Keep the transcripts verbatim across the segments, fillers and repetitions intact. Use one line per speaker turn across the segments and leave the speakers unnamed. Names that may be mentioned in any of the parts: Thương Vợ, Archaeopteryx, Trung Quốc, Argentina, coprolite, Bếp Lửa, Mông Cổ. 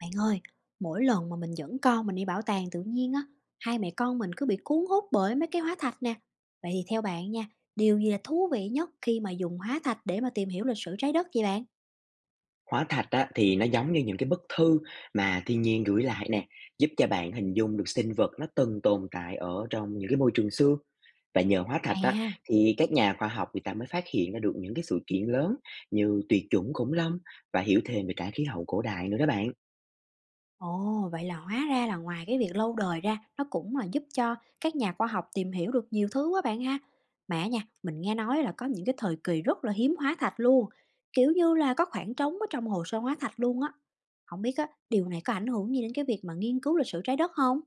Bạn ơi, mỗi lần mà mình dẫn con mình đi bảo tàng tự nhiên á, hai mẹ con mình cứ bị cuốn hút bởi mấy cái hóa thạch nè. Vậy thì theo bạn nha, điều gì là thú vị nhất khi mà dùng hóa thạch để mà tìm hiểu lịch sử trái đất vậy bạn?
Hóa thạch á, thì nó giống như những cái bức thư mà thiên nhiên gửi lại nè, giúp cho bạn hình dung được sinh vật nó từng tồn tại ở trong những cái môi trường xưa. Và nhờ hóa thạch
Hay
á,
ha.
thì các nhà khoa học người ta mới phát hiện ra được những cái sự kiện lớn như tuyệt chủng khủng long và hiểu thêm về cả khí hậu cổ đại nữa đó bạn.
Ồ, vậy là hóa ra là ngoài cái việc lâu đời ra, nó cũng là giúp cho các nhà khoa học tìm hiểu được nhiều thứ quá bạn ha. Mà nha, mình nghe nói là có những cái thời kỳ rất là hiếm hóa thạch luôn, kiểu như là có khoảng trống ở trong hồ sơ hóa thạch luôn á. Không biết á, điều này có ảnh hưởng gì đến cái việc mà nghiên cứu lịch sử trái đất không?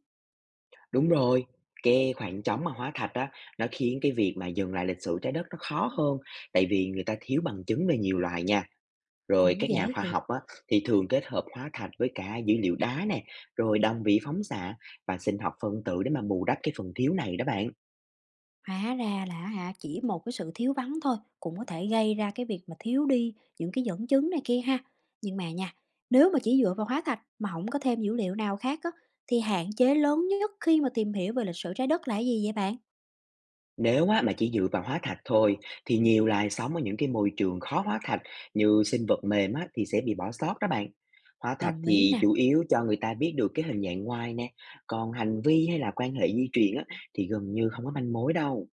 Đúng rồi, cái khoảng trống mà hóa thạch á, nó khiến cái việc mà dừng lại lịch sử trái đất nó khó hơn, tại vì người ta thiếu bằng chứng về nhiều loài nha. Rồi
Cũng
các
dễ
nhà khoa
hiểu.
học á, thì thường kết hợp hóa thạch với cả dữ liệu đá nè, rồi đồng vị phóng xạ và sinh học phân tử để mà bù đắp cái phần thiếu này đó bạn.
Hóa ra là hả, chỉ một cái sự thiếu vắng thôi cũng có thể gây ra cái việc mà thiếu đi những cái dẫn chứng này kia ha. Nhưng mà nha, nếu mà chỉ dựa vào hóa thạch mà không có thêm dữ liệu nào khác á, thì hạn chế lớn nhất khi mà tìm hiểu về lịch sử Trái Đất là cái gì vậy bạn?
Nếu á, mà chỉ dựa vào hóa thạch thôi thì nhiều loài sống ở những cái môi trường khó hóa thạch như sinh vật mềm á, thì sẽ bị bỏ sót đó bạn. Hóa thạch
Đồng ý
thì
nè.
chủ yếu cho người ta biết được cái hình dạng ngoài nè, còn hành vi hay là quan hệ di truyền á, thì gần như không có manh mối đâu.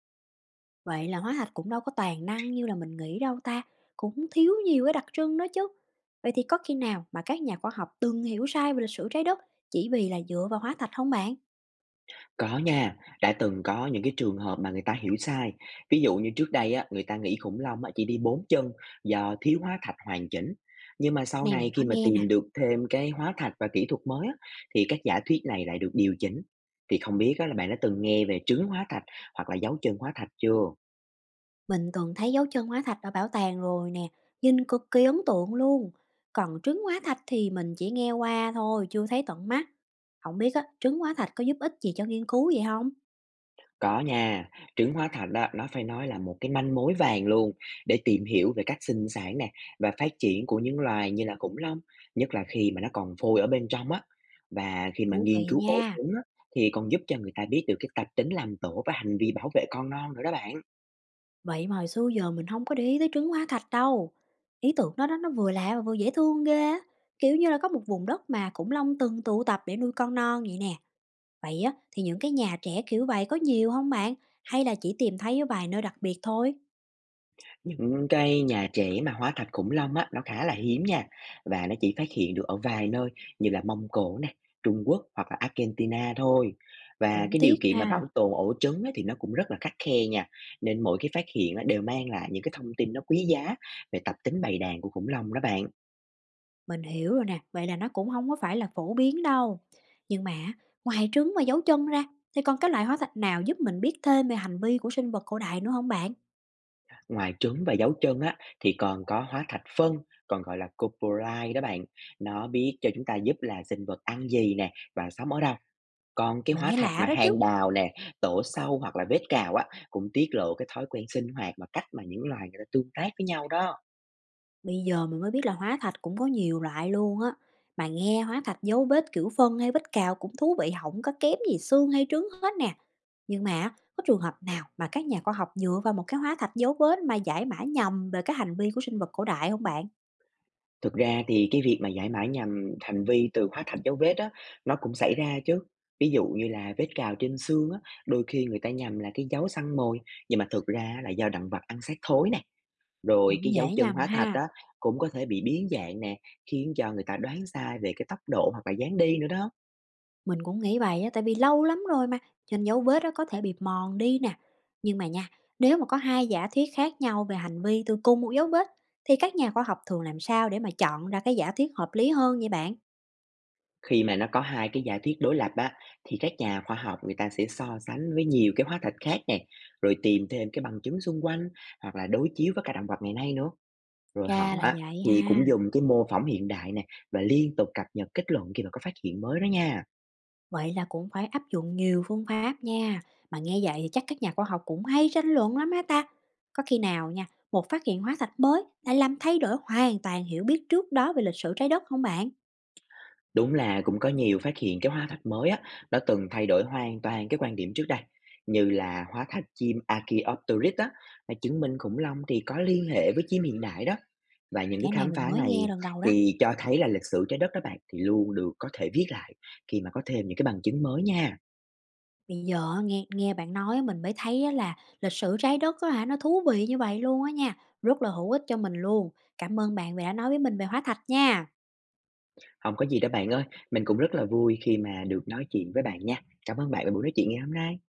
Vậy là hóa thạch cũng đâu có toàn năng như là mình nghĩ đâu ta, cũng thiếu nhiều cái đặc trưng đó chứ. Vậy thì có khi nào mà các nhà khoa học từng hiểu sai về lịch sử Trái Đất chỉ vì là dựa vào hóa thạch không bạn?
Có nha, đã từng có những cái trường hợp mà người ta hiểu sai. Ví dụ như trước đây á, người ta nghĩ khủng long á, chỉ đi bốn chân do thiếu hóa thạch hoàn chỉnh. Nhưng mà
Cái
sau
này
này
mình
khi
có
mà
nghe nè.
tìm được thêm cái hóa thạch và kỹ thuật mới á, thì các giả thuyết này lại được điều chỉnh. Thì không biết á, là bạn đã từng nghe về trứng hóa thạch hoặc là dấu chân hóa thạch chưa?
Mình từng thấy dấu chân hóa thạch ở bảo tàng rồi nè, nhìn cực kỳ ấn tượng luôn. Còn trứng hóa thạch thì mình chỉ nghe qua thôi, chưa thấy tận mắt. Không biết á, trứng hóa thạch có giúp ích gì cho nghiên cứu vậy không?
Có nha, trứng hóa thạch đó nó phải nói là một cái manh mối vàng luôn để tìm hiểu về cách sinh sản nè và phát triển của những loài như là khủng long, nhất là khi mà nó còn phôi ở bên trong á. Và khi mà
Thú
nghiên
vị
cứu ổ
nha.
trứng á, thì còn giúp cho người ta biết được cái tập tính làm tổ và hành vi bảo vệ con non nữa đó bạn.
Vậy mà hồi xưa giờ mình không có để ý tới trứng hóa thạch đâu. Ý tưởng đó đó nó vừa lạ và vừa dễ thương ghê á. Kiểu như là có một vùng đất mà khủng long từng tụ tập để nuôi con non vậy nè. Vậy á, thì những cái nhà trẻ kiểu vậy có nhiều không bạn? Hay là chỉ tìm thấy ở vài nơi đặc biệt thôi?
Những cây nhà trễ mà hóa thạch khủng long á, nó khá là hiếm nha và nó chỉ phát hiện được ở vài nơi như là Mông Cổ này, Trung Quốc hoặc là Argentina thôi. Và
Cũng
cái điều
tiếc
kiện mà
ha.
bảo tồn ổ trứng á, thì nó cũng rất là khắt khe nha. Nên mỗi cái phát hiện á, đều mang lại những cái thông tin nó quý giá về tập tính bầy đàn của khủng long đó bạn.
Mình hiểu rồi nè, vậy là nó cũng không có phải là phổ biến đâu. Nhưng mà ngoài trứng và dấu chân ra, thì còn cái loại hóa thạch nào giúp mình biết thêm về hành vi của sinh vật cổ đại nữa không bạn?
Ngoài trứng và dấu chân á, thì còn có hóa thạch phân, còn gọi là coprolite đó bạn. Nó biết cho chúng ta giúp là sinh vật ăn gì nè và sống ở đâu. Còn cái
Mình
hóa
nghe
thạch
lạ
mà
đó chứ,
hàng đào nè, tổ sâu hoặc là vết cào á, cũng tiết lộ cái thói quen sinh hoạt và cách mà những loài người ta tương tác với nhau đó.
bây giờ mình mới biết là hóa thạch cũng có nhiều loại luôn á. Mà nghe hóa thạch dấu vết kiểu phân hay vết cào cũng thú vị hổng có kém gì xương hay trứng hết nè. Nhưng mà có trường hợp nào mà các nhà khoa học dựa vào một cái hóa thạch dấu vết mà giải mã nhầm về cái hành vi của sinh vật cổ đại không bạn?
Thực ra thì cái việc mà giải mã nhằm hành vi từ hóa thạch dấu vết á, nó cũng xảy ra chứ. Ví dụ như là vết cào trên xương á, đôi khi người ta nhầm là cái dấu săn mồi, nhưng mà thực ra là do động vật ăn xác thối nè. Rồi
Cũng
cái
dễ
dấu chân
nhầm
hóa thạch
ha.
đó cũng có thể bị biến dạng nè, khiến cho người ta đoán sai về cái tốc độ hoặc là dáng đi nữa đó.
Mình cũng nghĩ vậy á, tại vì lâu lắm rồi mà, cho nên dấu vết đó có thể bị mòn đi nè. Nhưng mà nha, nếu mà có hai giả thuyết khác nhau về hành vi từ cùng một dấu vết, thì các nhà khoa học thường làm sao để mà chọn ra cái giả thuyết hợp lý hơn vậy bạn?
Khi mà nó có hai cái giả thuyết đối lập á, thì các nhà khoa học người ta sẽ so sánh với nhiều cái hóa thạch khác nè, rồi tìm thêm cái bằng chứng xung quanh hoặc là đối chiếu với các động vật ngày nay nữa. Rồi họ
Ra là
á,
vậy
thì
ha.
cũng dùng cái mô phỏng hiện đại nè và liên tục cập nhật kết luận khi mà có phát hiện mới đó nha.
Vậy là cũng phải áp dụng nhiều phương pháp nha. Mà nghe vậy thì chắc các nhà khoa học cũng hay tranh luận lắm á ta. Có khi nào nha, một phát hiện hóa thạch mới lại làm thay đổi hoàn toàn hiểu biết trước đó về lịch sử trái đất không bạn?
Đúng là cũng có nhiều phát hiện cái hóa thạch mới á, nó từng thay đổi hoàn toàn cái quan điểm trước đây. Như là hóa thạch chim Archaeopteryx á, là chứng minh khủng long thì có liên hệ với chim hiện đại đó. Và những cái
Cái này
khám
mình
phá
mới nghe
này
lần đầu đó.
thì cho thấy là lịch sử Trái Đất đó bạn, thì luôn được có thể viết lại khi mà có thêm những cái bằng chứng mới nha.
Bây giờ á, nghe nghe bạn nói á, mình mới thấy á là lịch sử trái đất á hả, nó thú vị như vậy luôn á nha, rất là hữu ích cho mình luôn. Cảm ơn bạn vì đã nói với mình về hóa thạch nha.
Không có gì đó bạn ơi, mình cũng rất là vui khi mà được nói chuyện với bạn nha. Cảm ơn bạn về buổi nói chuyện ngày hôm nay.